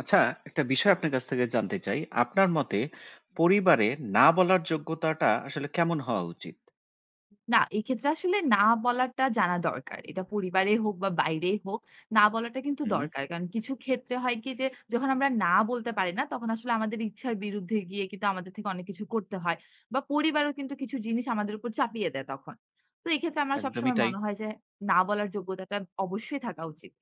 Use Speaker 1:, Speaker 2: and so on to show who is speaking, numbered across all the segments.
Speaker 1: আচ্ছা, একটা বিষয় আপনার কাছ থেকে জানতে চাই। আপনার মতে পরিবারে না বলার যোগ্যতাটা আসলে কেমন হওয়া উচিত?
Speaker 2: না, এক্ষেত্রে আসলে না বলাটা জানা দরকার। এটা পরিবারে হোক বা বাইরেই হোক, না বলাটা কিন্তু
Speaker 1: হুম।
Speaker 2: দরকার। কারণ কিছু ক্ষেত্রে হয় কি যে, যখন আমরা না বলতে পারি না, তখন আসলে আমাদের ইচ্ছার বিরুদ্ধে গিয়ে কিন্তু আমাদের থেকে অনেক কিছু করতে হয়। বা পরিবারও কিন্তু কিছু জিনিস আমাদের উপর চাপিয়ে দেয় তখন। তো এক্ষেত্রে আমার
Speaker 1: একদমই
Speaker 2: সবসময়
Speaker 1: তাই।
Speaker 2: মনে হয় যে, না বলার যোগ্যতাটা অবশ্যই থাকা উচিত।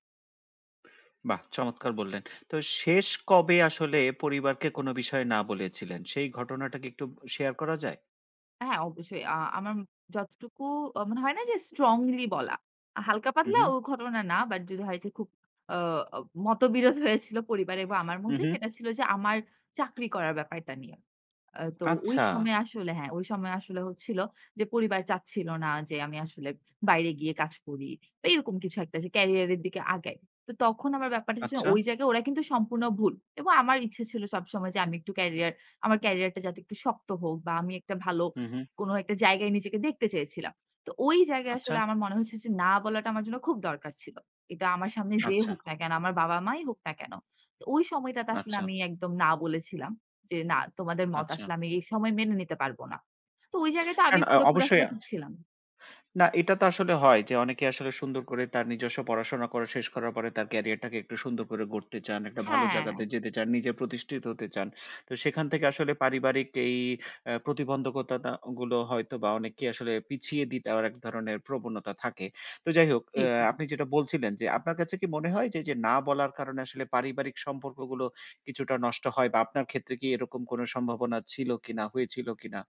Speaker 1: বাহ! চমৎকার বললেন। তো শেষ কবে আসলে পরিবারকে কোনো বিষয়ে না বলেছিলেন? সেই ঘটনাটা কি একটু শেয়ার করা যায়?
Speaker 2: হ্যাঁ, অবশ্যই। আমার যতটুকু মানে হয় না যে স্ট্রংলি বলা। হালকা
Speaker 1: হু,
Speaker 2: পাতলা
Speaker 1: হু,
Speaker 2: ও ঘটনা না। বাট যদি হয় যে খুব আ আ মতবিরোধ হয়েছিল পরিবারে বা আমার
Speaker 1: হু,
Speaker 2: মধ্যে
Speaker 1: হু।
Speaker 2: সেটা ছিল যে আমার চাকরি করার ব্যাপারটা নিয়ে। তো ওই
Speaker 1: আচ্ছা,
Speaker 2: সময় আসলে হ্যাঁ, ওই সময় আসলে হচ্ছিল যে পরিবার চাচ্ছিল না যে আমি আসলে বাইরে গিয়ে কাজ করি। বা এরকম কিছু একটা যে ক্যারিয়ার এর দিকে আগাই। তো তখন আমার ব্যাপারটা হচ্ছে
Speaker 1: আচ্ছা,
Speaker 2: ওই জায়গায় ওরা কিন্তু সম্পূর্ণ ভুল। এবং আমার ইচ্ছে ছিল সবসময় যে আমি একটু ক্যারিয়ার আমার ক্যারিয়ারটা যাতে একটু শক্ত হোক বা আমি একটা ভালো
Speaker 1: হু, হু,
Speaker 2: কোন একটা জায়গায় নিজেকে দেখতে চেয়েছিলাম। তো ওই জায়গায়
Speaker 1: আচ্ছা,
Speaker 2: আসলে আমার মনে হচ্ছে যে না বলাটা আমার জন্য খুব দরকার ছিল। এটা আমার সামনে যে
Speaker 1: আচ্ছা,
Speaker 2: হোক না কেন, আমার বাবা-মাই হোক না কেন। তো ওই সময়টাতে আসলে
Speaker 1: আচ্ছা,
Speaker 2: আমি একদম না বলেছিলাম। যে না তোমাদের মত
Speaker 1: আচ্ছা।
Speaker 2: আসলে আমি এই সময় মেনে নিতে পারব না। তো ওই জায়গায় তো আমি
Speaker 1: কারণ
Speaker 2: পুরোপুরি
Speaker 1: অবশ্যই।
Speaker 2: আসলে ঠিক ছিলাম।
Speaker 1: না, এটা তো আসলে হয় যে অনেকে আসলে সুন্দর করে তার নিজস্ব পড়াশোনা করা শেষ করার পরে তার ক্যারিয়ারটাকে একটু সুন্দর করে গড়তে চান, একটা ভালো
Speaker 2: হ্যাঁ,
Speaker 1: জায়গাতে যেতে চান, নিজে প্রতিষ্ঠিত হতে চান। তো সেখান থেকে আসলে পারিবারিক এই প্রতিবন্ধকতাটা গুলো হয়তোবা অনেককে আসলে পিছিয়ে দিতে আর এক ধরনের প্রবণতা থাকে। তো যাই হোক,
Speaker 2: জি, জি।
Speaker 1: আপনি যেটা বলছিলেন যে আপনার কাছে কি মনে হয় যে, যে না বলার কারণে আসলে পারিবারিক সম্পর্কগুলো কিছুটা নষ্ট হয় বা আপনার ক্ষেত্রে কি এরকম কোনো সম্ভাবনা ছিল কিনা, হয়েছিল কিনা?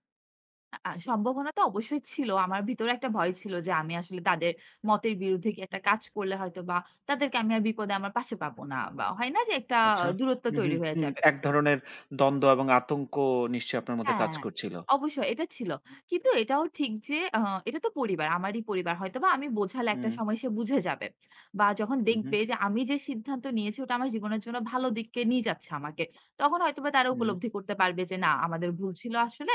Speaker 2: আ আ সম্ভাবনা তো অবশ্যই ছিল। আমার ভিতরে একটা ভয় ছিল যে আমি আসলে তাদের মতের বিরুদ্ধে কি একটা কাজ করলে হয়তোবা তাদেরকে আমি আর বিপদে আমার পাশে পাবো না বা হয় না যে একটা
Speaker 1: আচ্ছা।
Speaker 2: দূরত্ব
Speaker 1: হু, হু,
Speaker 2: তৈরি হয়ে
Speaker 1: হু।
Speaker 2: যাবে।
Speaker 1: এক ধরনের দ্বন্দ্ব এবং আতঙ্ক নিশ্চয়ই আপনার মধ্যে কাজ
Speaker 2: হ্যাঁ,
Speaker 1: করছিল।
Speaker 2: অবশ্যই এটা ছিল। কিন্তু এটাও ঠিক যে এটা তো পরিবার, আমারই পরিবার। হয়তোবা আমি বোঝালে একটা
Speaker 1: হুম,
Speaker 2: সময় সে বুঝে যাবে। বা যখন
Speaker 1: হু, হু,
Speaker 2: দেখবে যে আমি যে সিদ্ধান্ত নিয়েছি ওটা আমার জীবনের জন্য ভালো দিকে নিয়ে যাচ্ছে আমাকে। তখন হয়তোবা তারা
Speaker 1: হুম,
Speaker 2: উপলব্ধি করতে পারবে যে না আমাদের ভুল ছিল আসলে।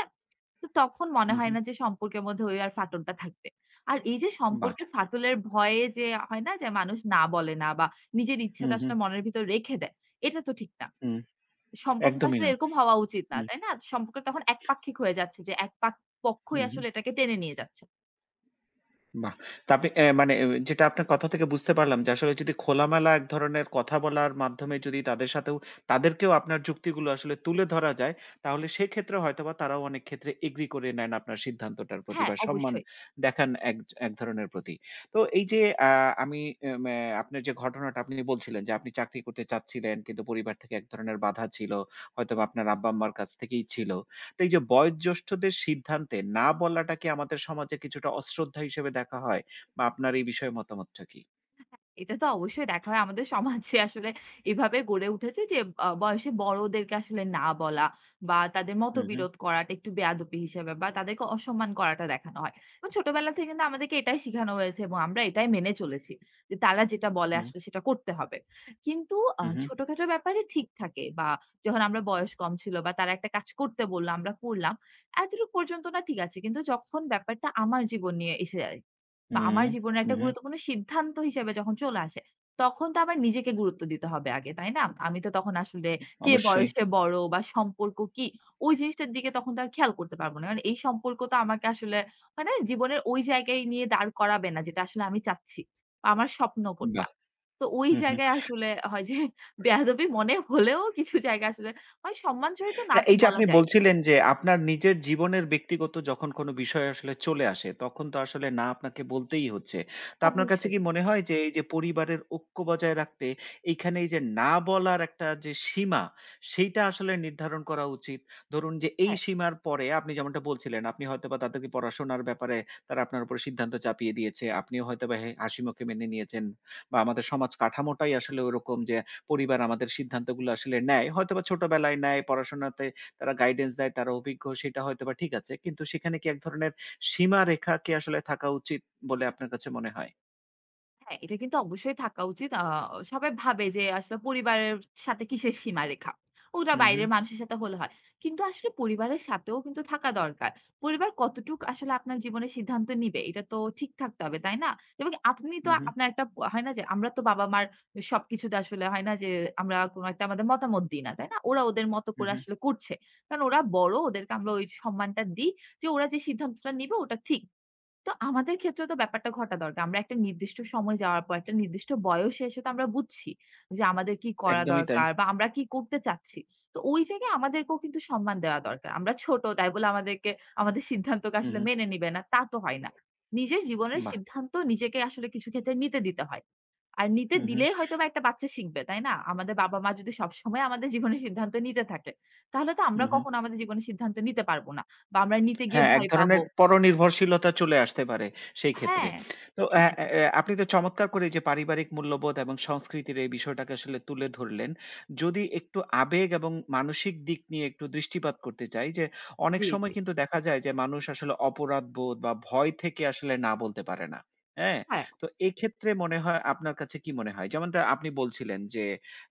Speaker 2: তো তখন মনে
Speaker 1: হু,
Speaker 2: হয়
Speaker 1: হু।
Speaker 2: না যে সম্পর্কের মধ্যে ওই আর ফাটলটা থাকবে। আর এই যে
Speaker 1: বাহ!
Speaker 2: সম্পর্কের ফাটলের ভয়ে যে হয় না যে মানুষ না বলে না বা নিজের
Speaker 1: হু,
Speaker 2: ইচ্ছাটা
Speaker 1: হু,
Speaker 2: আসলে মনের ভিতর রেখে দেয়, এটা তো ঠিক না।
Speaker 1: হুম।
Speaker 2: সম্পর্ক তো
Speaker 1: একদমই
Speaker 2: আসলে
Speaker 1: না।
Speaker 2: এরকম হওয়া উচিত না,
Speaker 1: হু,
Speaker 2: তাই না? সম্পর্ক তখন একপাক্ষিক হয়ে যাচ্ছে যে এক পাক
Speaker 1: হু,
Speaker 2: পক্ষই
Speaker 1: হু।
Speaker 2: আসলে এটাকে টেনে নিয়ে যাচ্ছে।
Speaker 1: বাহ! তা আপনি, মানে, যেটা আপনার কথা থেকে বুঝতে পারলাম যে আসলে যদি খোলামেলা এক ধরনের কথা বলার মাধ্যমে যদি তাদের সাথেও তাদেরকেও আপনার যুক্তিগুলো আসলে তুলে ধরা যায়, তাহলে সেক্ষেত্রে হয়তোবা তারাও অনেক ক্ষেত্রে এগ্রি করে নেন আপনার সিদ্ধান্তটার প্রতি
Speaker 2: হ্যাঁ,
Speaker 1: বা সম্মান
Speaker 2: অবশ্যই।
Speaker 1: দেখান এক এক ধরনের প্রতি। তো এই যে আ আমি এম অ্যা ম্যা আপনার যে ঘটনাটা আপনি বলছিলেন যে আপনি চাকরি করতে চাচ্ছিলেন কিন্তু পরিবার থেকে এক ধরনের বাধা ছিল। হয়তোবা আপনার আব্বা-আম্মার কাছ থেকেই ছিল। তো এই যে বয়োজ্যেষ্ঠদের সিদ্ধান্তে না বলাটাকে আমাদের সমাজে কিছুটা অশ্রদ্ধা হিসেবে দেখা হয় বা আপনার এই বিষয়ে মতামতটা কি?
Speaker 2: এটা তো অবশ্যই দেখা হয়। আমাদের সমাজে আসলে এভাবে গড়ে উঠেছে যে বয়সে বড়দেরকে আসলে না বলা বা তাদের
Speaker 1: হু, হু,
Speaker 2: মতবিরোধ করাটা একটু বেয়াদবি হিসেবে বা তাদেরকে অসম্মান করাটা দেখানো হয়। এবং ছোটবেলা থেকে কিন্তু আমাদেরকে এটাই শিখানো হয়েছে এবং আমরা এটাই মেনে চলেছি। যে তারা যেটা বলে
Speaker 1: হু,
Speaker 2: আসলে সেটা করতে হবে। কিন্তু
Speaker 1: হু, হু,
Speaker 2: ছোটখাটো ব্যাপারে ঠিক থাকে বা যখন আমরা বয়স কম ছিল বা তারা একটা কাজ করতে বলল, আমরা করলাম। এতটুকু পর্যন্ত না ঠিক আছে। কিন্তু যখন ব্যাপারটা আমার জীবন নিয়ে এসে যায়
Speaker 1: হু,
Speaker 2: বা আমার জীবনের
Speaker 1: হু,
Speaker 2: একটা
Speaker 1: হু,
Speaker 2: গুরুত্বপূর্ণ সিদ্ধান্ত হিসেবে যখন চলে আসে, তখন তো আমার নিজেকে গুরুত্ব দিতে হবে আগে, তাই না? আমি তো তখন আসলে কে
Speaker 1: অবশ্যই।
Speaker 2: বয়সে বড় বা সম্পর্ক কি, ওই জিনিসটার দিকে তখন তো আর খেয়াল করতে পারব না। কারণ এই সম্পর্ক তো আমাকে আসলে মানে জীবনের ওই জায়গায় নিয়ে দাঁড় করাবে না যেটা আসলে আমি চাচ্ছি। বা আমার স্বপ্ন কোনটা।
Speaker 1: বাহ!
Speaker 2: তো ওই
Speaker 1: হু, হু।
Speaker 2: জায়গায় আসলে হয় যে বেয়াদবি মনে হলেও কিছু জায়গায় আসলে হয় সম্মানসহিত না
Speaker 1: না,
Speaker 2: তো
Speaker 1: এই যে
Speaker 2: বলা
Speaker 1: আপনি
Speaker 2: যায়।
Speaker 1: বলছিলেন যে আপনার নিজের জীবনের ব্যক্তিগত যখন কোনো বিষয় আসলে চলে আসে, তখন তো আসলে না আপনাকে বলতেই হচ্ছে। তো আপনার কাছে
Speaker 2: অবশ্যই।
Speaker 1: কি মনে হয় যে এই যে পরিবারের ঐক্য বজায় রাখতে এইখানে এই যে না বলার একটা যে সীমা, সেইটা আসলে নির্ধারণ করা উচিত? ধরুন যে এই
Speaker 2: হ্যাঁ।
Speaker 1: সীমার পরে আপনি যেমনটা বলছিলেন, আপনি হয়তোবা তাদেরকে পড়াশোনার ব্যাপারে তারা আপনার উপরে সিদ্ধান্ত চাপিয়ে দিয়েছে। আপনিও হয়তোবা হে হাসিমুখে মেনে নিয়েছেন বা আমাদের সমাজ কাঠামোটাই আসলে ওরকম যে পরিবার আমাদের সিদ্ধান্তগুলো আসলে নেয়। হয়তোবা ছোটবেলায় নেয়, পড়াশোনাতে তারা গাইডেন্স দেয়, তারা অভিজ্ঞ সেটা হয়তোবা ঠিক আছে। কিন্তু সেখানে কি এক ধরনের সীমারেখা কি আসলে থাকা উচিত বলে আপনার কাছে মনে হয়?
Speaker 2: হ্যাঁ, এটা কিন্তু অবশ্যই থাকা উচিত। সবাই ভাবে যে আসলে পরিবারের সাথে কিসের সীমারেখা? ওটা
Speaker 1: হু, হু,
Speaker 2: বাইরের মানুষের সাথে হলে হয়। কিন্তু আসলে পরিবারের সাথেও কিন্তু থাকা দরকার। পরিবার কতটুক আসলে আপনার জীবনের সিদ্ধান্ত নিবে, এটা তো ঠিক থাকতে হবে, তাই না? এবং আপনি তো
Speaker 1: হু, হু,
Speaker 2: আপনার একটা হয় না যে আমরা তো বাবা-মার সবকিছুতে আসলে হয় না যে আমরা কোন একটা আমাদের মতামত দিই না, তাই না? ওরা ওদের মতো
Speaker 1: হু,
Speaker 2: করে
Speaker 1: হু।
Speaker 2: আসলে করছে। কারণ ওরা বড়, ওদেরকে আমরা ওই সম্মানটা দিই যে ওরা যে সিদ্ধান্তটা নিবে ওটা ঠিক। তো আমাদের ক্ষেত্রেও তো ব্যাপারটা ঘটা দরকার। আমরা একটা নির্দিষ্ট সময় যাওয়ার পর একটা নির্দিষ্ট বয়সে এসে তো আমরা বুঝছি যে আমাদের কি করা
Speaker 1: একদমই তাই।
Speaker 2: দরকার বা আমরা কি করতে চাচ্ছি। তো ওই জায়গায় আমাদেরকেও কিন্তু সম্মান দেওয়া দরকার। আমরা ছোট তাই বলে আমাদেরকে আমাদের সিদ্ধান্তকে
Speaker 1: হু,
Speaker 2: আসলে
Speaker 1: হু।
Speaker 2: মেনে নিবে না তা তো হয় না। নিজের জীবনের
Speaker 1: বাহ!
Speaker 2: সিদ্ধান্ত নিজেকে আসলে কিছু ক্ষেত্রে নিতে দিতে হয়। আর নিতে
Speaker 1: হু, হু,
Speaker 2: দিলেই হয়তোবা একটা বাচ্চা শিখবে, তাই না? আমাদের বাবা-মা যদি সবসময় আমাদের জীবনের সিদ্ধান্ত নিতে থাকে, তাহলে তো
Speaker 1: হু,
Speaker 2: আমরা
Speaker 1: হু।
Speaker 2: কখনো আমাদের জীবনের সিদ্ধান্ত নিতে পারব না বা আমরা নিতে গিয়ে
Speaker 1: হ্যাঁ, এক
Speaker 2: ভয়
Speaker 1: ধরনের
Speaker 2: পাবো।
Speaker 1: পরনির্ভরশীলতা চলে আসতে পারে সেই ক্ষেত্রে।
Speaker 2: হ্যাঁ,
Speaker 1: তো অ্যা
Speaker 2: সেটাই।
Speaker 1: অ্যা অ্যা আপনি তো চমৎকার করে যে পারিবারিক মূল্যবোধ এবং সংস্কৃতির এই বিষয়টাকে আসলে তুলে ধরলেন। যদি একটু আবেগ এবং মানসিক দিক নিয়ে একটু দৃষ্টিপাত করতে চাই যে অনেক
Speaker 2: জি, জি।
Speaker 1: সময় কিন্তু দেখা যায় যে মানুষ আসলে অপরাধবোধ বা ভয় থেকে আসলে না বলতে পারে না। হ্যাঁ?
Speaker 2: হ্যাঁ,
Speaker 1: তো এক্ষেত্রে মনে হয় আপনার কাছে কি মনে হয়? যেমনটা আপনি বলছিলেন যে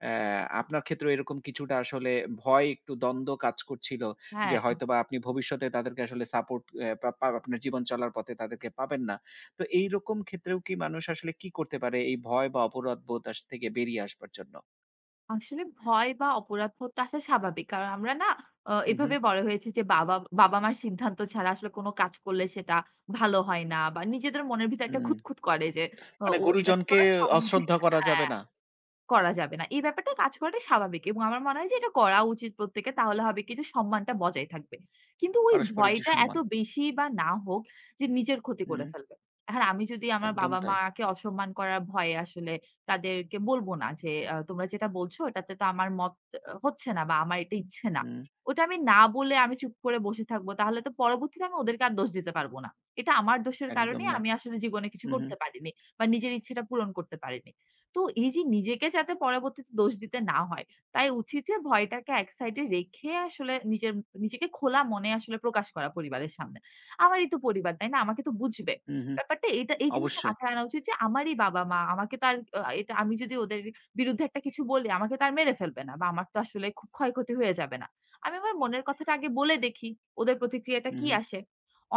Speaker 1: অ্যা আপনার ক্ষেত্রেও এরকম কিছুটা আসলে ভয় একটু দ্বন্দ্ব কাজ করছিল। যে
Speaker 2: হ্যাঁ।
Speaker 1: হয়তোবা আপনি ভবিষ্যতে তাদেরকে আসলে সাপোর্ট অ্যা পা পা আপনার জীবন চলার পথে তাদেরকে পাবেন না। তো এইরকম ক্ষেত্রেও কি মানুষ আসলে কি করতে পারে এই ভয় বা অপরাধবোধ থেকে বেরিয়ে আসবার জন্য?
Speaker 2: আসলে ভয় বা অপরাধবোধটা আসা স্বাভাবিক। কারণ আমরা না
Speaker 1: হু, হু,
Speaker 2: এভাবে বড় হয়েছি যে বাবা-মার সিদ্ধান্ত ছাড়া আসলে কোন কাজ করলে সেটা ভালো হয় না বা নিজেদের মনের ভিতরে একটা
Speaker 1: হুম।
Speaker 2: খুঁতখুঁত করে যে অ
Speaker 1: মানে
Speaker 2: ও এটা তো
Speaker 1: গুরুজনকে
Speaker 2: করা সম্ভব
Speaker 1: অশ্রদ্ধা করা
Speaker 2: হ্যাঁ।
Speaker 1: যাবে না।
Speaker 2: করা যাবে না। এই ব্যাপারটা কাজ করাটাই স্বাভাবিক এবং আমার মনে হয় যে এটা করা উচিত প্রত্যেকের। তাহলে হবে কি যে সম্মানটা বজায় থাকবে। কিন্তু ওই
Speaker 1: পারস্পরিক যে
Speaker 2: ভয়টা এত
Speaker 1: সম্মান।
Speaker 2: বেশি বা না হোক যে নিজের ক্ষতি করে
Speaker 1: হুম,
Speaker 2: ফেলবে। এখন আমি যদি আমার
Speaker 1: একদম তাই।
Speaker 2: বাবা-মাকে অসম্মান করার ভয়ে আসলে তাদেরকে বলব না যে তোমরা যেটা বলছো এটাতে তো আমার মত হচ্ছে না বা আমার এটা ইচ্ছে না।
Speaker 1: হুম,
Speaker 2: ওটা আমি না বলে আমি চুপ করে বসে থাকবো। তাহলে তো পরবর্তীতে আমি ওদেরকে আর দোষ দিতে পারব না। এটা আমার দোষের কারণে
Speaker 1: একদম না।
Speaker 2: আমি আসলে জীবনে কিছু
Speaker 1: হু, হু,
Speaker 2: করতে পারিনি বা নিজের ইচ্ছেটা পূরণ করতে পারিনি। তো এই যে নিজেকে যাতে পরবর্তীতে দোষ দিতে না হয়, তাই উচিত যে ভয়টাকে এক সাইডে রেখে আসলে নিজের নিজেকে খোলা মনে আসলে প্রকাশ করা পরিবারের সামনে। আমারই তো পরিবার, তাই না? আমাকে তো বুঝবে।
Speaker 1: হু, হু।
Speaker 2: ব্যাপারটা এটা এই জিনিসটা
Speaker 1: অবশ্যই।
Speaker 2: মাথায় আনা উচিত যে আমারই বাবা-মা আমাকে তো আর এটা আমি যদি ওদের বিরুদ্ধে একটা কিছু বলি আমাকে তো আর মেরে ফেলবে না বা আমার তো আসলে খুব ক্ষয়ক্ষতি হয়ে যাবে না। আমি আমার মনের কথাটা আগে বলে দেখি। ওদের প্রতিক্রিয়াটা
Speaker 1: হু,
Speaker 2: কি
Speaker 1: হু।
Speaker 2: আসে।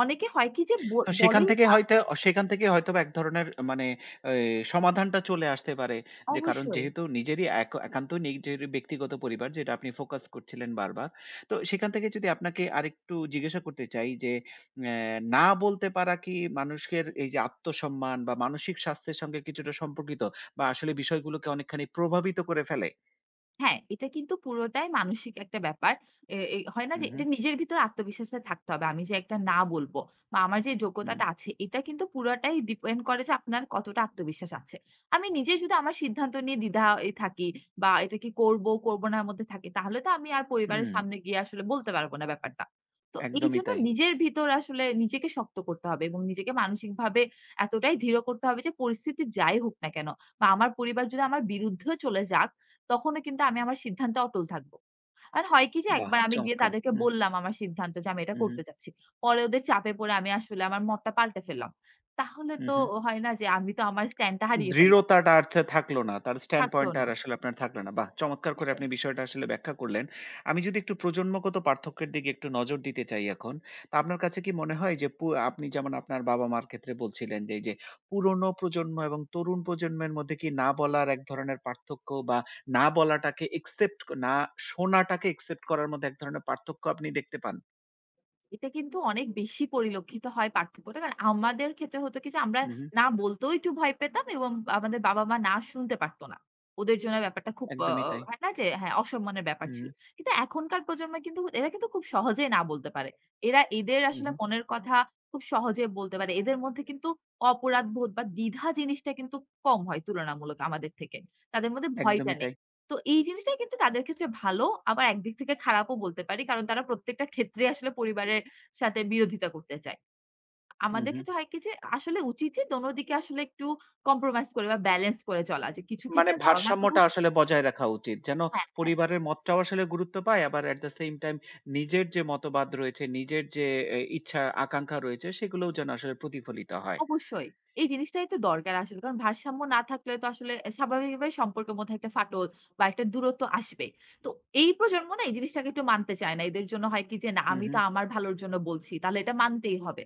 Speaker 2: অনেকে হয় কি যে
Speaker 1: তো সেখান
Speaker 2: বলেই
Speaker 1: থেকে
Speaker 2: না
Speaker 1: হয়তো সেখান থেকে হয়তোবা এক ধরনের মানে এই সমাধানটা চলে আসতে পারে। যে কারণ
Speaker 2: অবশ্যই।
Speaker 1: যেহেতু নিজেরই এক একান্ত নিজের ব্যক্তিগত পরিবার যেটা আপনি ফোকাস করছিলেন বারবার। তো সেখান থেকে যদি আপনাকে আরেকটু জিজ্ঞাসা করতে চাই যে অ্যা না বলতে পারা কি মানুষের এই যে আত্মসম্মান বা মানসিক স্বাস্থ্যের সঙ্গে কিছুটা সম্পর্কিত বা আসলে বিষয়গুলোকে অনেকখানি প্রভাবিত করে ফেলে?
Speaker 2: হ্যাঁ, এটা কিন্তু পুরোটাই মানসিক একটা ব্যাপার। এ এ হয় না
Speaker 1: হু,
Speaker 2: যে
Speaker 1: হু,
Speaker 2: এটা নিজের ভিতরে আত্মবিশ্বাসটা থাকতে হবে। আমি যে একটা না বলব বা আমার যে
Speaker 1: হুম,
Speaker 2: যোগ্যতাটা আছে এটা কিন্তু পুরাটাই ডিপেন্ড করে যে আপনার কতটা আত্মবিশ্বাস আছে। আমি নিজে যদি আমার সিদ্ধান্ত নিয়ে দ্বিধায় থাকি বা এটা কি করব, করব না এর মধ্যে থাকি তাহলে তো আমি আর পরিবারের
Speaker 1: হুম,
Speaker 2: সামনে গিয়ে আসলে বলতে পারব না ব্যাপারটা। তো
Speaker 1: একদমই
Speaker 2: এইজন্য
Speaker 1: তাই।
Speaker 2: নিজের ভিতর আসলে নিজেকে শক্ত করতে হবে এবং নিজেকে মানসিকভাবে এতটাই দৃঢ় করতে হবে যে পরিস্থিতি যাই হোক না কেন বা আমার পরিবার যদি আমার বিরুদ্ধেও চলে যাক তখনও কিন্তু আমি আমার সিদ্ধান্তে অটল থাকবো। আর হয় কি যে
Speaker 1: বাহ!
Speaker 2: একবার আমি গিয়ে
Speaker 1: চমৎকার!
Speaker 2: তাদেরকে
Speaker 1: হুম,
Speaker 2: বললাম আমার সিদ্ধান্ত যে আমি এটা
Speaker 1: হু, হু,
Speaker 2: করতে চাচ্ছি। পরে ওদের চাপে পড়ে আমি আসলে আমার মতটা পাল্টে ফেললাম। তাহলে
Speaker 1: হু,
Speaker 2: তো
Speaker 1: হু।
Speaker 2: হয় না যে আমি তো আমার স্ট্যান্ড টা হারিয়ে ফেললাম।
Speaker 1: দৃঢ়তাটা আর থাকলো না। তার স্ট্যান্ড
Speaker 2: থাকলো
Speaker 1: পয়েন্ট টা
Speaker 2: না।
Speaker 1: আর আসলে আপনার থাকলো না। বাহ! চমৎকার করে
Speaker 2: সেটাই।
Speaker 1: আপনি বিষয়টা আসলে ব্যাখ্যা করলেন। আমি যদি একটু প্রজন্মগত পার্থক্যের দিকে একটু নজর দিতে চাই এখন। তা আপনার কাছে কি মনে হয় যে আপনি যেমন আপনার বাবা-মার ক্ষেত্রে বলছিলেন যে, এই যে পুরোনো প্রজন্ম এবং তরুণ প্রজন্মের মধ্যে কি না বলার এক ধরনের পার্থক্য বা না বলাটাকে একসেপ্ট না শোনাটাকে একসেপ্ট করার মধ্যে এক ধরনের পার্থক্য আপনি দেখতে পান?
Speaker 2: এটা কিন্তু অনেক বেশি পরিলক্ষিত হয় পার্থক্যটা। কারণ আমাদের ক্ষেত্রে হতো কি যে আমরা
Speaker 1: উহু,
Speaker 2: না বলতেও একটু ভয় পেতাম এবং আমাদের বাবা-মা না শুনতে পারত না। ওদের জন্য ব্যাপারটা খুব আ
Speaker 1: একদমই
Speaker 2: আ
Speaker 1: তাই।
Speaker 2: হয় না যে হ্যাঁ, অসম্মানের ব্যাপার ছিল।
Speaker 1: উহু,
Speaker 2: কিন্তু এখনকার প্রজন্ম কিন্তু এরা কিন্তু খুব সহজেই না বলতে পারে। এরা এদের আসলে
Speaker 1: উহু,
Speaker 2: মনের কথা খুব সহজে বলতে পারে। এদের মধ্যে কিন্তু অপরাধবোধ বা দ্বিধা জিনিসটা কিন্তু কম হয় তুলনামূলক আমাদের থেকে। তাদের মধ্যে ভয়টা
Speaker 1: একদমই
Speaker 2: নেই।
Speaker 1: তাই।
Speaker 2: তো এই জিনিসটা কিন্তু তাদের ক্ষেত্রে ভালো আবার একদিক থেকে খারাপও বলতে পারি। কারণ তারা প্রত্যেকটা ক্ষেত্রে আসলে পরিবারের সাথে বিরোধিতা করতে চায়। আমাদের
Speaker 1: উহু।
Speaker 2: ক্ষেত্রে হয় কি যে আসলে উচিত যে দোনো দিকে আসলে একটু কম্প্রোমাইজ করে বা ব্যালেন্স করে চলা। যে কিছু
Speaker 1: মানে
Speaker 2: ক্ষেত্রে বাবা-মার কথা
Speaker 1: ভারসাম্যটা
Speaker 2: শ
Speaker 1: আসলে বজায় রাখা উচিত। যেন
Speaker 2: হ্যাঁ, হ্যাঁ,
Speaker 1: পরিবারের মতটাও আসলে গুরুত্ব পায়, আবার at the same time নিজের যে মতবাদ রয়েছে, নিজের যে ইচ্ছা, আকাঙ্খা রয়েছে সেগুলোও যেন আসলে প্রতিফলিত হয়।
Speaker 2: অবশ্যই। এই জিনিসটাই তো দরকার আসলে। কারণ ভারসাম্য না থাকলে তো আসলে স্বাভাবিকভাবে সম্পর্কের মধ্যে একটা ফাটল বা একটা দূরত্ব আসবেই। তো এই প্রজন্ম না এই জিনিসটাকে একটু মানতে চায় না। এদের জন্য হয় কি যে, "না
Speaker 1: হু,
Speaker 2: আমি
Speaker 1: হু।
Speaker 2: তো আমার ভালোর জন্য বলছি। তাহলে এটা মানতেই হবে।"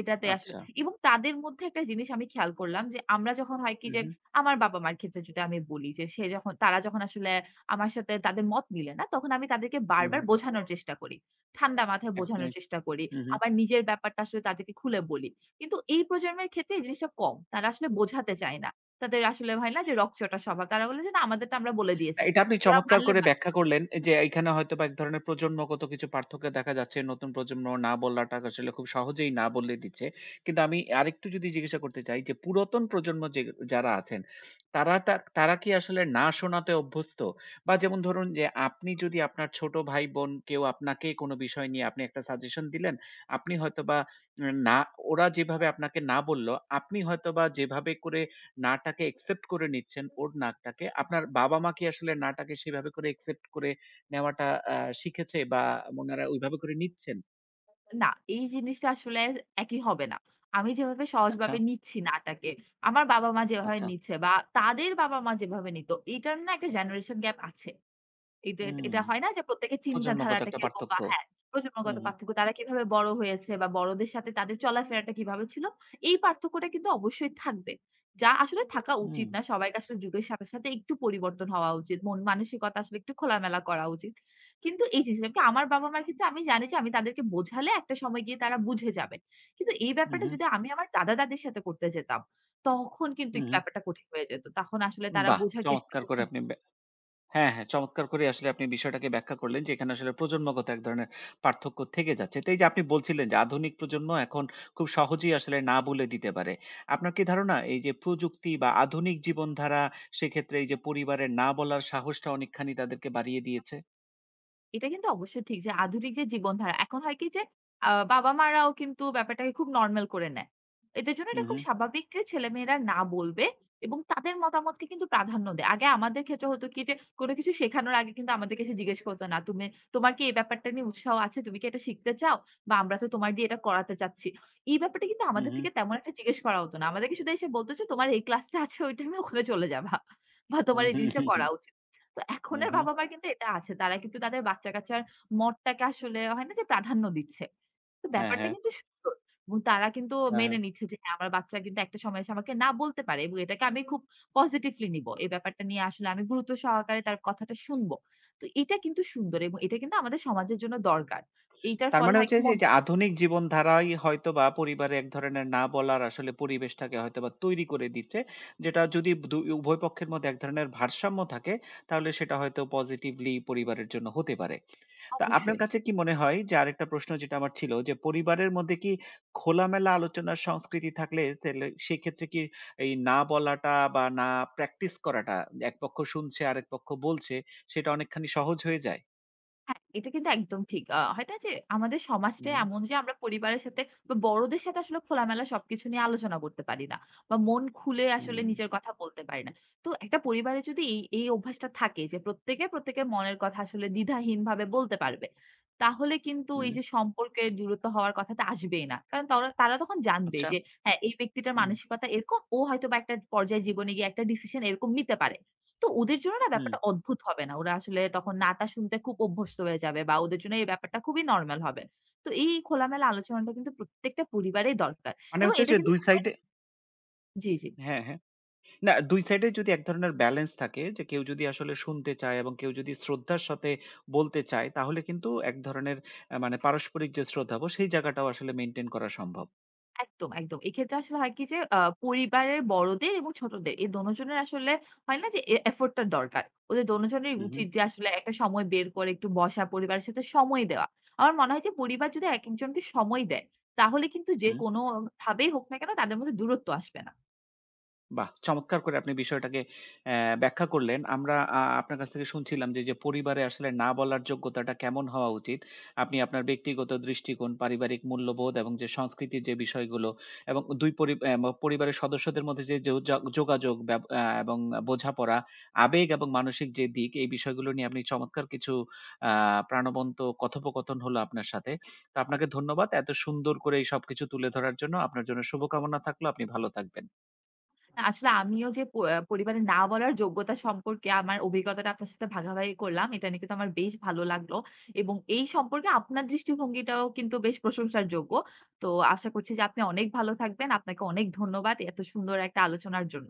Speaker 2: এটাতে আসলে
Speaker 1: আচ্ছা।
Speaker 2: এবং তাদের মধ্যে একটা জিনিস আমি খেয়াল করলাম যে, আমরা যখন হয় কি
Speaker 1: হু,
Speaker 2: যে,
Speaker 1: হু।
Speaker 2: আমার বাবা-মার ক্ষেত্রে যদি আমি বলি যে, সে যখন তারা যখন আসলে আমার সাথে তাদের মত মিলে না, তখন আমি তাদেরকে
Speaker 1: হু, হু।
Speaker 2: বারবার বোঝানোর চেষ্টা করি। ঠান্ডা মাথায় বোঝানোর
Speaker 1: একদমই।
Speaker 2: চেষ্টা করি।
Speaker 1: হু, হু।
Speaker 2: আবার নিজের ব্যাপারটা আসলে তাদেরকে খুলে বলি। কিন্তু এই প্রজন্মের ক্ষেত্রে এই জিনিসটা কম। তারা আসলে বোঝাতে চায় না। তাদের আসলে হয় না যে, রগচটা স্বভাব। তারা বলে যে, "না আমাদেরটা আমরা বলে দিয়েছি।"
Speaker 1: এটা আপনি
Speaker 2: ওরা
Speaker 1: চমৎকার
Speaker 2: মানলে
Speaker 1: করে ব্যাখ্যা করলেন যে, এখানে হয়তোবা এক ধরনের প্রজন্মগত কিছু পার্থক্য দেখা যাচ্ছে। নতুন প্রজন্ম না বলাটা আসলে খুব সহজেই না বলে দিচ্ছে। কিন্তু আমি আরেকটু যদি জিজ্ঞাসা করতে চাই যে, পুরাতন প্রজন্ম যে যারা আছেন, তারা কি আসলে না শোনাতে অভ্যস্ত? বা যেমন ধরুন যে, আপনি যদি আপনার ছোট ভাই-বোন কেউ আপনাকে কোনো বিষয় নিয়ে আপনি একটা সাজেশন দিলেন, আপনি হয়তোবা না ওরা যেভাবে আপনাকে না বলল, আপনি হয়তোবা যেভাবে করে নাটাকে একসেপ্ট করে নিচ্ছেন ওর নাটাকে। আপনার বাবা-মা কি আসলে নাটাকে সেভাবে করে একসেপ্ট করে নেওয়াটা আ শিখেছে বা ওনারা ওইভাবে করে নিচ্ছেন?
Speaker 2: না, এই জিনিসটা আসলে একই হবে না। আমি যেভাবে
Speaker 1: আচ্ছা,
Speaker 2: সহজভাবে নিচ্ছি নাটাকে, আমার বাবা-মা যেভাবে
Speaker 1: আচ্ছা।
Speaker 2: নিচ্ছে বা তাদের বাবা-মা যেভাবে নিত, এটার না একটা জেনারেশন গ্যাপ আছে। এটা
Speaker 1: হুম।
Speaker 2: এটা হয় না যে প্রত্যেকের
Speaker 1: প্রজন্মগত
Speaker 2: চিন্তাধারাটা
Speaker 1: একটা
Speaker 2: কিরকম বা
Speaker 1: পার্থক্য।
Speaker 2: হ্যাঁ,
Speaker 1: হু,
Speaker 2: প্রজন্মগত
Speaker 1: হু।
Speaker 2: পার্থক্য। তারা কিভাবে বড় হয়েছে বা বড়দের সাথে তাদের চলাফেরাটা কিভাবে ছিল, এই পার্থক্যটা কিন্তু অবশ্যই থাকবে। যা আসলে থাকা উচিত
Speaker 1: হুম,
Speaker 2: না। সবাইকে আসলে যুগের সাথে, সাথে একটু পরিবর্তন হওয়া উচিত। মন মানসিকতা আসলে একটু খোলামেলা করা উচিত। কিন্তু এই জিনিসটা কি আমার বাবা-মার ক্ষেত্রে আমি জানি যে আমি তাদেরকে বোঝালে একটা সময় গিয়ে তারা বুঝে যাবে। কিন্তু এই
Speaker 1: হু,
Speaker 2: ব্যাপারটা
Speaker 1: হু,
Speaker 2: যদি আমি আমার দাদা-দাদির সাথে করতে যেতাম, তখন কিন্তু
Speaker 1: হু,
Speaker 2: একটু
Speaker 1: হু।
Speaker 2: ব্যাপারটা কঠিন হয়ে যেত। তখন আসলে তারা
Speaker 1: বাহ!
Speaker 2: বোঝার চেষ্টা
Speaker 1: চমৎকার
Speaker 2: করত
Speaker 1: করে আপনি হ্যাঁ, হ্যাঁ। চমৎকার করে আসলে আপনি বিষয়টাকে ব্যাখ্যা করলেন যে, এখানে আসলে প্রজন্মগত এক ধরনের পার্থক্য থেকে যাচ্ছে। তো এই যে আপনি বলছিলেন যে আধুনিক প্রজন্ম এখন খুব সহজেই আসলে না বলে দিতে পারে। আপনার কি ধারণা এই যে প্রযুক্তি বা আধুনিক জীবনধারা সেক্ষেত্রে এই যে পরিবারের না বলার সাহসটা অনেকখানি তাদেরকে বাড়িয়ে দিয়েছে?
Speaker 2: এটা কিন্তু অবশ্যই ঠিক যে আধুনিক যে জীবনধারা এখন হয় কি যে বাবা-মারাও কিন্তু ব্যাপারটাকে খুব নরমাল করে নেয়। এদের জন্য
Speaker 1: হু,
Speaker 2: এটা
Speaker 1: হু,
Speaker 2: খুব স্বাভাবিক যে ছেলেমেয়েরা না বলবে এবং তাদের মতামতকে কিন্তু প্রাধান্য দেয়। আগে আমাদের ক্ষেত্রে হতো কি যে কোনো কিছু শেখানোর আগে কিন্তু আমাদেরকে সে জিজ্ঞেস করতো না, তোমার কি এই ব্যাপারটা নিয়ে উৎসাহ আছে? তুমি কি এটা শিখতে চাও? বা আমরা তো তোমার দিয়ে এটা করাতে চাচ্ছি।" এই ব্যাপারটা কিন্তু
Speaker 1: হু,
Speaker 2: আমাদের
Speaker 1: হু,
Speaker 2: থেকে তেমন একটা জিজ্ঞেস করা হতো না। আমাদেরকে শুধু এসে বলতো যে, "তোমার এই ক্লাসটা আছে ওই টাইমে ওখানে চলে যাবা। বা
Speaker 1: হু,
Speaker 2: তোমার এই
Speaker 1: হু,
Speaker 2: জিনিসটা
Speaker 1: হু, হু,
Speaker 2: করা উচিত।" তো
Speaker 1: হু,
Speaker 2: এখনের
Speaker 1: হু।
Speaker 2: বাবা-মার কিন্তু এটা আছে। তারা কিন্তু তাদের বাচ্চা-কাচ্চার মতটাকে আসলে হয় না যে প্রাধান্য দিচ্ছে। তো
Speaker 1: হ্যাঁ,
Speaker 2: ব্যাপারটা
Speaker 1: হ্যাঁ।
Speaker 2: কিন্তু সুন্দর। এবং তারা কিন্তু
Speaker 1: হ্যাঁ, হ্যাঁ।
Speaker 2: মেনে নিচ্ছে যে হ্যাঁ, আমার বাচ্চা কিন্তু একটা সময় এসে আমাকে না বলতে পারে এবং এটাকে আমি খুব পজিটিভলি নিবো। এই ব্যাপারটা নিয়ে আসলে আমি গুরুত্ব সহকারে তার কথাটা শুনবো। তো এটা কিন্তু সুন্দর এবং এটা কিন্তু আমাদের সমাজের জন্য দরকার। এইটার
Speaker 1: তার
Speaker 2: ফলে
Speaker 1: মানে
Speaker 2: হয় কি
Speaker 1: হচ্ছে যে,
Speaker 2: মন
Speaker 1: যে আধুনিক জীবনধারাই হয়তোবা পরিবারে এক ধরনের না বলার আসলে পরিবেশটাকে হয়তোবা তৈরি করে দিচ্ছে। যেটা যদি উভয় পক্ষের মধ্যে এক ধরনের ভারসাম্য থাকে, তাহলে সেটা হয়তো পজিটিভলি পরিবারের জন্য হতে পারে। তা আপনার
Speaker 2: অবশ্যই।
Speaker 1: কাছে কি মনে হয় যে আরেকটা প্রশ্ন যেটা আমার ছিল যে, পরিবারের মধ্যে কি খোলামেলা আলোচনার সংস্কৃতি থাকলে তেলে সেক্ষেত্রে কি এই না বলাটা বা না প্র্যাকটিস করাটা এক পক্ষ শুনছে আরেক পক্ষ বলছে, সেটা অনেকখানি সহজ হয়ে যায়?
Speaker 2: হ্যাঁ, এটা কিন্তু একদম ঠিক। হয় না যে আমাদের সমাজটাই
Speaker 1: হুম,
Speaker 2: এমন যে আমরা পরিবারের সাথে বা বড়দের সাথে আসলে খোলামেলা সবকিছু নিয়ে আলোচনা করতে পারি না। বা মন খুলে আসলে
Speaker 1: হুম,
Speaker 2: নিজের কথা বলতে পারি না। তো একটা পরিবারে যদি এই অভ্যাসটা থাকে যে প্রত্যেকে প্রত্যেকের মনের কথা আসলে দ্বিধাহীনভাবে বলতে পারবে। তাহলে কিন্তু এই
Speaker 1: হুম।
Speaker 2: যে সম্পর্কের দূরত্ব হওয়ার কথাটা আসবেই না। কারণ তারা তখন জানবে
Speaker 1: আচ্ছা।
Speaker 2: যে হ্যাঁ, এই ব্যক্তিটার
Speaker 1: হুম।
Speaker 2: মানসিকতা এরকম। ও হয়তোবা একটা পর্যায়ে জীবনে গিয়ে একটা ডিসিশন এরকম নিতে পারে। তো ওদের জন্য না
Speaker 1: হুম।
Speaker 2: ব্যাপারটা অদ্ভুত হবে না। ওরা আসলে তখন নাটা শুনতে খুব অভ্যস্ত হয়ে যাবে বা ওদের জন্য এই ব্যাপারটা খুবই নরমাল হবে। তো এই খোলামেলা আলোচনাটা কিন্তু প্রত্যেকটা পরিবারেই দরকার
Speaker 1: মানে
Speaker 2: এবং
Speaker 1: হচ্ছে
Speaker 2: এটা
Speaker 1: যে
Speaker 2: কিন্তু
Speaker 1: ২
Speaker 2: পরিবার
Speaker 1: সাইডে
Speaker 2: জি, জি।
Speaker 1: হ্যাঁ, হ্যাঁ। না, ২ সাইডে যদি এক ধরনের ব্যালেন্স থাকে যে কেউ যদি আসলে শুনতে চায় এবং কেউ যদি শ্রদ্ধার সাথে বলতে চায় তাহলে কিন্তু এক ধরনের মানে পারস্পরিক যে শ্রদ্ধাবোধ সেই জায়গাটাও আসলে মেইনটেইন করা সম্ভব।
Speaker 2: একদম, একদম। এক্ষেত্রে আসলে হয় কি যে পরিবারের বড়দের এবং ছোটদের এই দোনোজনের আসলে হয় না যে এ এফোর্ট টা দরকার। ওদের দোনোজনেরই
Speaker 1: হু, হু,
Speaker 2: উচিত যে আসলে একটা সময় বের করে একটু বসা, পরিবারের সাথে সময় দেওয়া। আমার মনে হয় যে পরিবার যদি একেকজনকে সময় দেয়, তাহলে কিন্তু যে
Speaker 1: হু।
Speaker 2: কোনোভাবেই হোক না কেন তাদের মধ্যে দূরত্ব আসবে না।
Speaker 1: বাহ! চমৎকার করে আপনি বিষয়টাকে ব্যাখ্যা করলেন। আমরা আপনার কাছ থেকে শুনছিলাম যে, যে পরিবারে আসলে না বলার যোগ্যতাটা কেমন হওয়া উচিত। আপনি আপনার ব্যক্তিগত দৃষ্টিকোণ, পারিবারিক মূল্যবোধ এবং যে সংস্কৃতির যে বিষয়গুলো এবং ২ পরি অ্যা ম পরিবারের সদস্যদের মধ্যে যে যো যা যোগাযোগ ব্যব অ্যা এবং বোঝাপড়া, আবেগ এবং মানসিক যে দিক, এই বিষয়গুলো নিয়ে আপনি চমৎকার কিছু আ প্রাণবন্ত কথোপকথন হলো আপনার সাথে। তো আপনাকে ধন্যবাদ। এত সুন্দর করে এই সবকিছু তুলে ধরার জন্য। আপনার জন্য শুভকামনা থাকলো। আপনি ভালো থাকবেন।
Speaker 2: না, আসলে আমিও যে প আহ পরিবারে না বলার যোগ্যতা সম্পর্কে আমার অভিজ্ঞতাটা আপনার সাথে ভাগাভাগি করলাম। এটা নিয়ে কিন্তু আমার বেশ ভালো লাগলো। এবং এই সম্পর্কে আপনার দৃষ্টিভঙ্গিটাও কিন্তু বেশ প্রশংসার যোগ্য। তো আশা করছি যে আপনি অনেক ভালো থাকবেন। আপনাকে অনেক ধন্যবাদ এত সুন্দর একটা আলোচনার জন্য।